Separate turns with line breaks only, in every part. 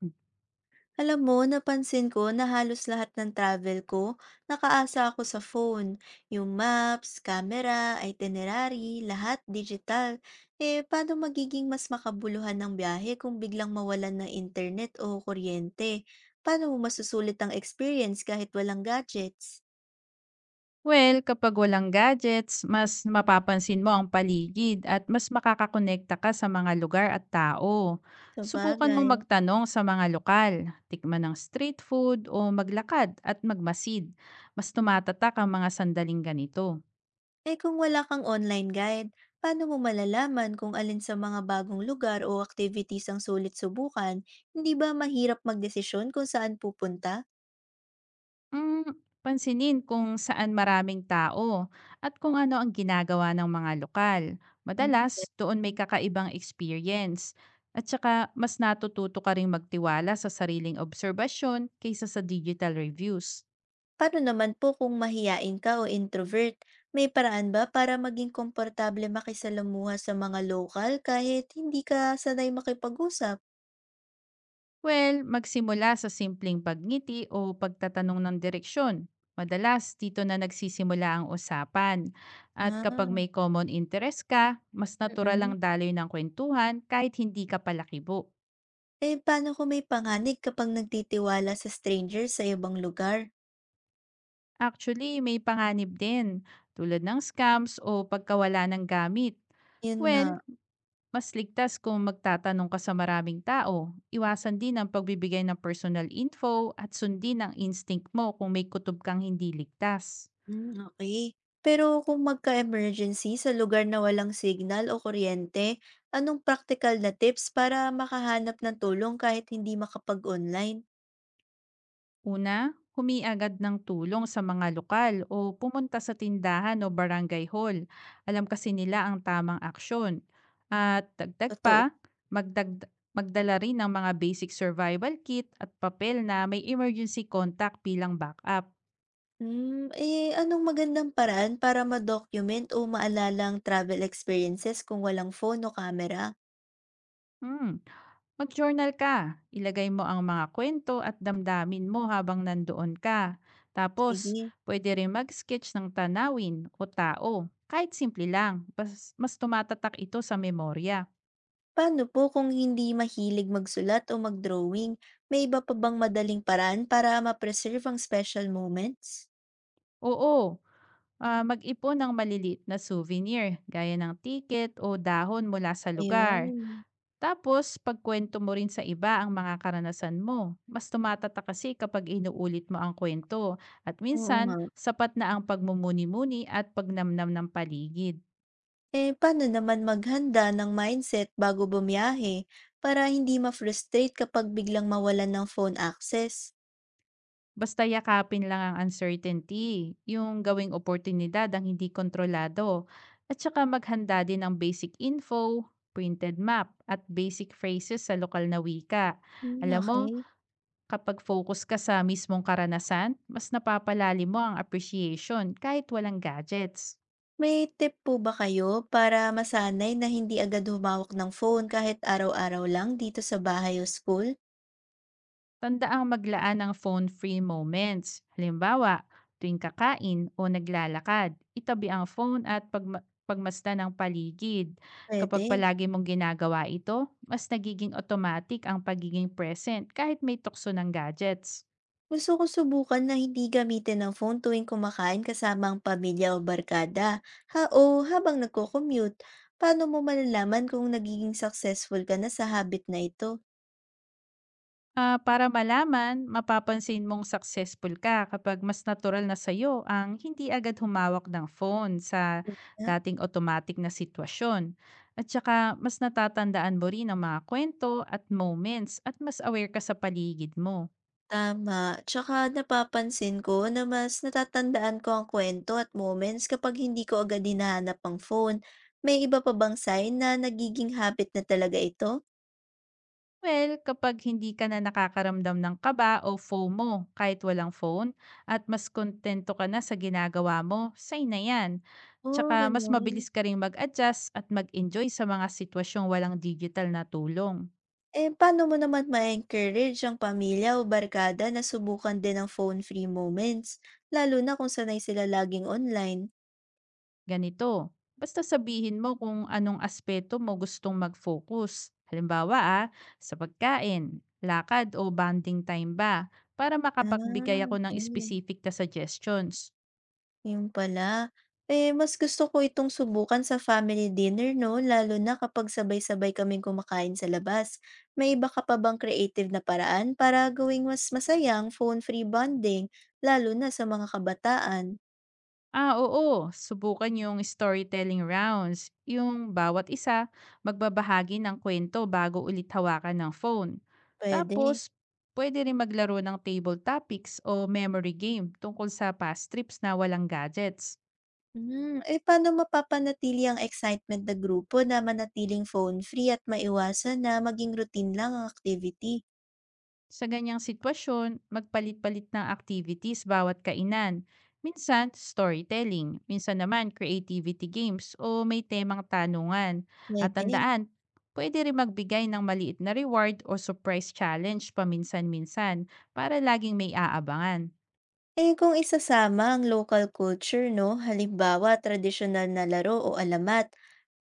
Hmm.
Alam mo, napansin ko na halos lahat ng travel ko, nakaasa ako sa phone. Yung maps, camera, itinerary, lahat digital. Eh, paano magiging mas makabuluhan ng biyahe kung biglang mawalan ng internet o kuryente? Paano mo masusulit ang experience kahit walang gadgets?
Well, kapag walang gadgets, mas mapapansin mo ang paligid at mas makakakonekta ka sa mga lugar at tao.
Sa
Subukan
bagay.
mong magtanong sa mga lokal, tikman ng street food o maglakad at magmasid. Mas tumatatak ang mga sandaling ganito.
Eh, kung wala kang online guide, paano mo malalaman kung alin sa mga bagong lugar o activities ang sulit subukan? Hindi ba mahirap magdesisyon kung saan pupunta?
Hmm, pansinin kung saan maraming tao at kung ano ang ginagawa ng mga lokal.
Hmm,
Madalas, doon may kakaibang experience. At saka, mas natututo ka rin magtiwala sa sariling obserbasyon kaysa sa digital reviews.
Paano naman po kung mahiyain ka o introvert? May paraan ba para maging komportable makisalamuha sa mga lokal kahit hindi ka sanay makipag-usap?
Well, magsimula sa simpleng pagngiti o pagtatanong ng direksyon. Madalas, dito na nagsisimula ang usapan. At kapag
Ah,
may common interest ka, mas natural ang
mm.
daloy ng kwentuhan kahit hindi ka palakibo.
Eh, paano kung may panganib kapag nagtitiwala sa stranger sa ibang lugar?
Actually, may panganib din, tulad ng scams o pagkawala ng gamit.
Yun nga.
Well, mas ligtas kung magtatanong ka sa maraming tao. Iwasan din ang pagbibigay ng personal info at sundin ang instinct mo kung may kutob kang hindi ligtas.
Hmm, okey. Pero kung magka-emergency sa lugar na walang signal o kuryente, anong practical na tips para makahanap ng tulong kahit hindi makapag-online?
Una, humingi agad ng tulong sa mga lokal o pumunta sa tindahan o barangay hall. Alam kasi nila ang tamang aksyon. At dagdag
Totoo.
pa, magdag magdala rin ng mga basic survival kit at papel na may emergency contact bilang backup.
Anong magandang paraan para ma-document o maalala ang travel experiences kung walang phone o camera?
Hmm. Mag-journal ka. Ilagay mo ang mga kwento at damdamin mo habang nandoon ka. Tapos,
Sige.
pwede rin mag-sketch ng tanawin o tao. Kahit simple lang, mas tumatatak ito sa memorya.
Paano po kung hindi mahilig magsulat o mag-drawing? May iba pa bang madaling paraan para ma-preserve ang special moments?
Oo, mag-ipon ng maliliit na souvenir gaya ng ticket o dahon mula sa lugar.
Ayun.
Tapos pagkuwento mo rin sa iba ang mga karanasan mo. Mas tumatatak kasi kapag inuulit mo ang kwento at
Oo nga.
minsan sapat na ang pagmumuni-muni at pagnamnam ng paligid.
Eh, paano naman maghanda ng mindset bago bumiyahe para hindi ma-frustrate kapag biglang mawalan ng phone access?
Basta yakapin lang ang uncertainty, yung gawing oportunidad ang hindi kontrolado. At saka maghanda din ng basic info, printed map, at basic phrases sa lokal na wika.
Hmm,
Alam mo,
okay.
kapag focus ka sa mismong karanasan, mas napapalalim mo ang appreciation kahit walang gadgets.
May tip po ba kayo para masanay na hindi agad humawak ng phone kahit araw-araw lang dito sa bahay o school?
Tanda ang maglaan ng phone-free moments. Halimbawa, tuwing kakain o naglalakad, itabi ang phone at pagmasdan ng paligid. Kapag
Puwede.
palagi mong ginagawa ito, mas nagiging automatic ang pagiging present kahit may tukso ng gadgets.
Gusto ko subukan na hindi gamitin ang phone tuwing kumakain kasama ang pamilya o barkada ha o habang nagko-commute. Paano mo malalaman kung nagiging successful ka na sa habit na ito?
Ah, para malaman, mapapansin mong successful ka kapag mas natural na sa'yo ang hindi agad humawak ng phone sa dating automatic na sitwasyon. At saka mas natatandaan mo rin ang mga kwento at moments at mas aware ka sa paligid mo.
Tama, tsaka napapansin ko na mas natatandaan ko ang kwento at moments kapag hindi ko agad hinahanap ang phone. May iba pa bang sign na nagiging habit na talaga ito?
Well, kapag hindi ka na nakakaramdam ng kaba o FOMO kahit walang phone at mas kontento ka na sa ginagawa mo, say na yan.
Oh,
Tsaka mas
ganun.
mabilis ka rin mag-adjust at mag-enjoy sa mga sitwasyong walang digital na tulong.
Eh, paano mo naman ma-encourage ang pamilya o barkada na subukan din ang phone-free moments, lalo na kung sanay sila laging online?
Ganito, basta sabihin mo kung anong aspeto mo gustong mag-focus. Halimbawa sa pagkain, lakad o bonding time ba para makapagbigay
Ah,
ako ng
eh.
specific na suggestions.
Yun pala. Eh, mas gusto ko itong subukan sa family dinner 'no, lalo na kapag sabay-sabay kaming kumakain sa labas. May iba ka pa bang creative na paraan para gawing mas masayang phone-free bonding, lalo na sa mga kabataan?
Ah, oo. Subukan yung storytelling rounds. Yung bawat isa, magbabahagi ng kwento bago ulit hawakan ng phone.
Pwede.
Tapos, pwede rin maglaro ng table topics o memory game tungkol sa past trips na walang gadgets.
Paano mapapanatili ang excitement ng grupo na manatiling phone-free at maiwasan na maging routine lang ang activity?
Sa ganyang sitwasyon, magpalit-palit ng activities bawat kainan. Minsan, storytelling. Minsan naman, creativity games o may temang tanungan. At
Pwede.
tandaan, pwede rin magbigay ng maliit na reward o surprise challenge paminsan-minsan para laging may aabangan.
Eh, kung isasama ang local culture, no? Halimbawa, tradisyonal na laro o alamat,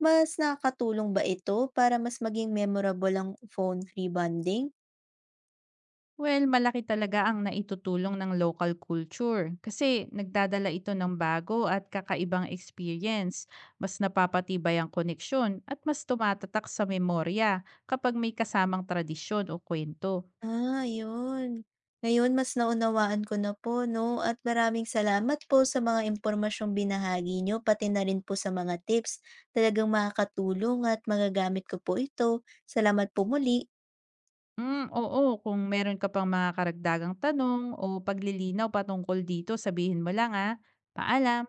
mas nakakatulong ba ito para mas maging memorable ang phone-free bonding?
Well, malaki talaga ang naitutulong ng local culture kasi nagdadala ito ng bago at kakaibang experience. Mas napapatibay ang koneksyon at mas tumatatak sa memorya kapag may kasamang tradisyon o kwento.
Ah, yun. Ngayon, mas naunawaan ko na po, no? At maraming salamat po sa mga impormasyong binahagi nyo, pati na rin po sa mga tips. Talagang makakatulong at magagamit ko po ito. Salamat po muli.
Mm, oo, kung meron ka pang mga karagdagang tanong o paglilinaw patungkol dito, sabihin mo lang ah. Paalam!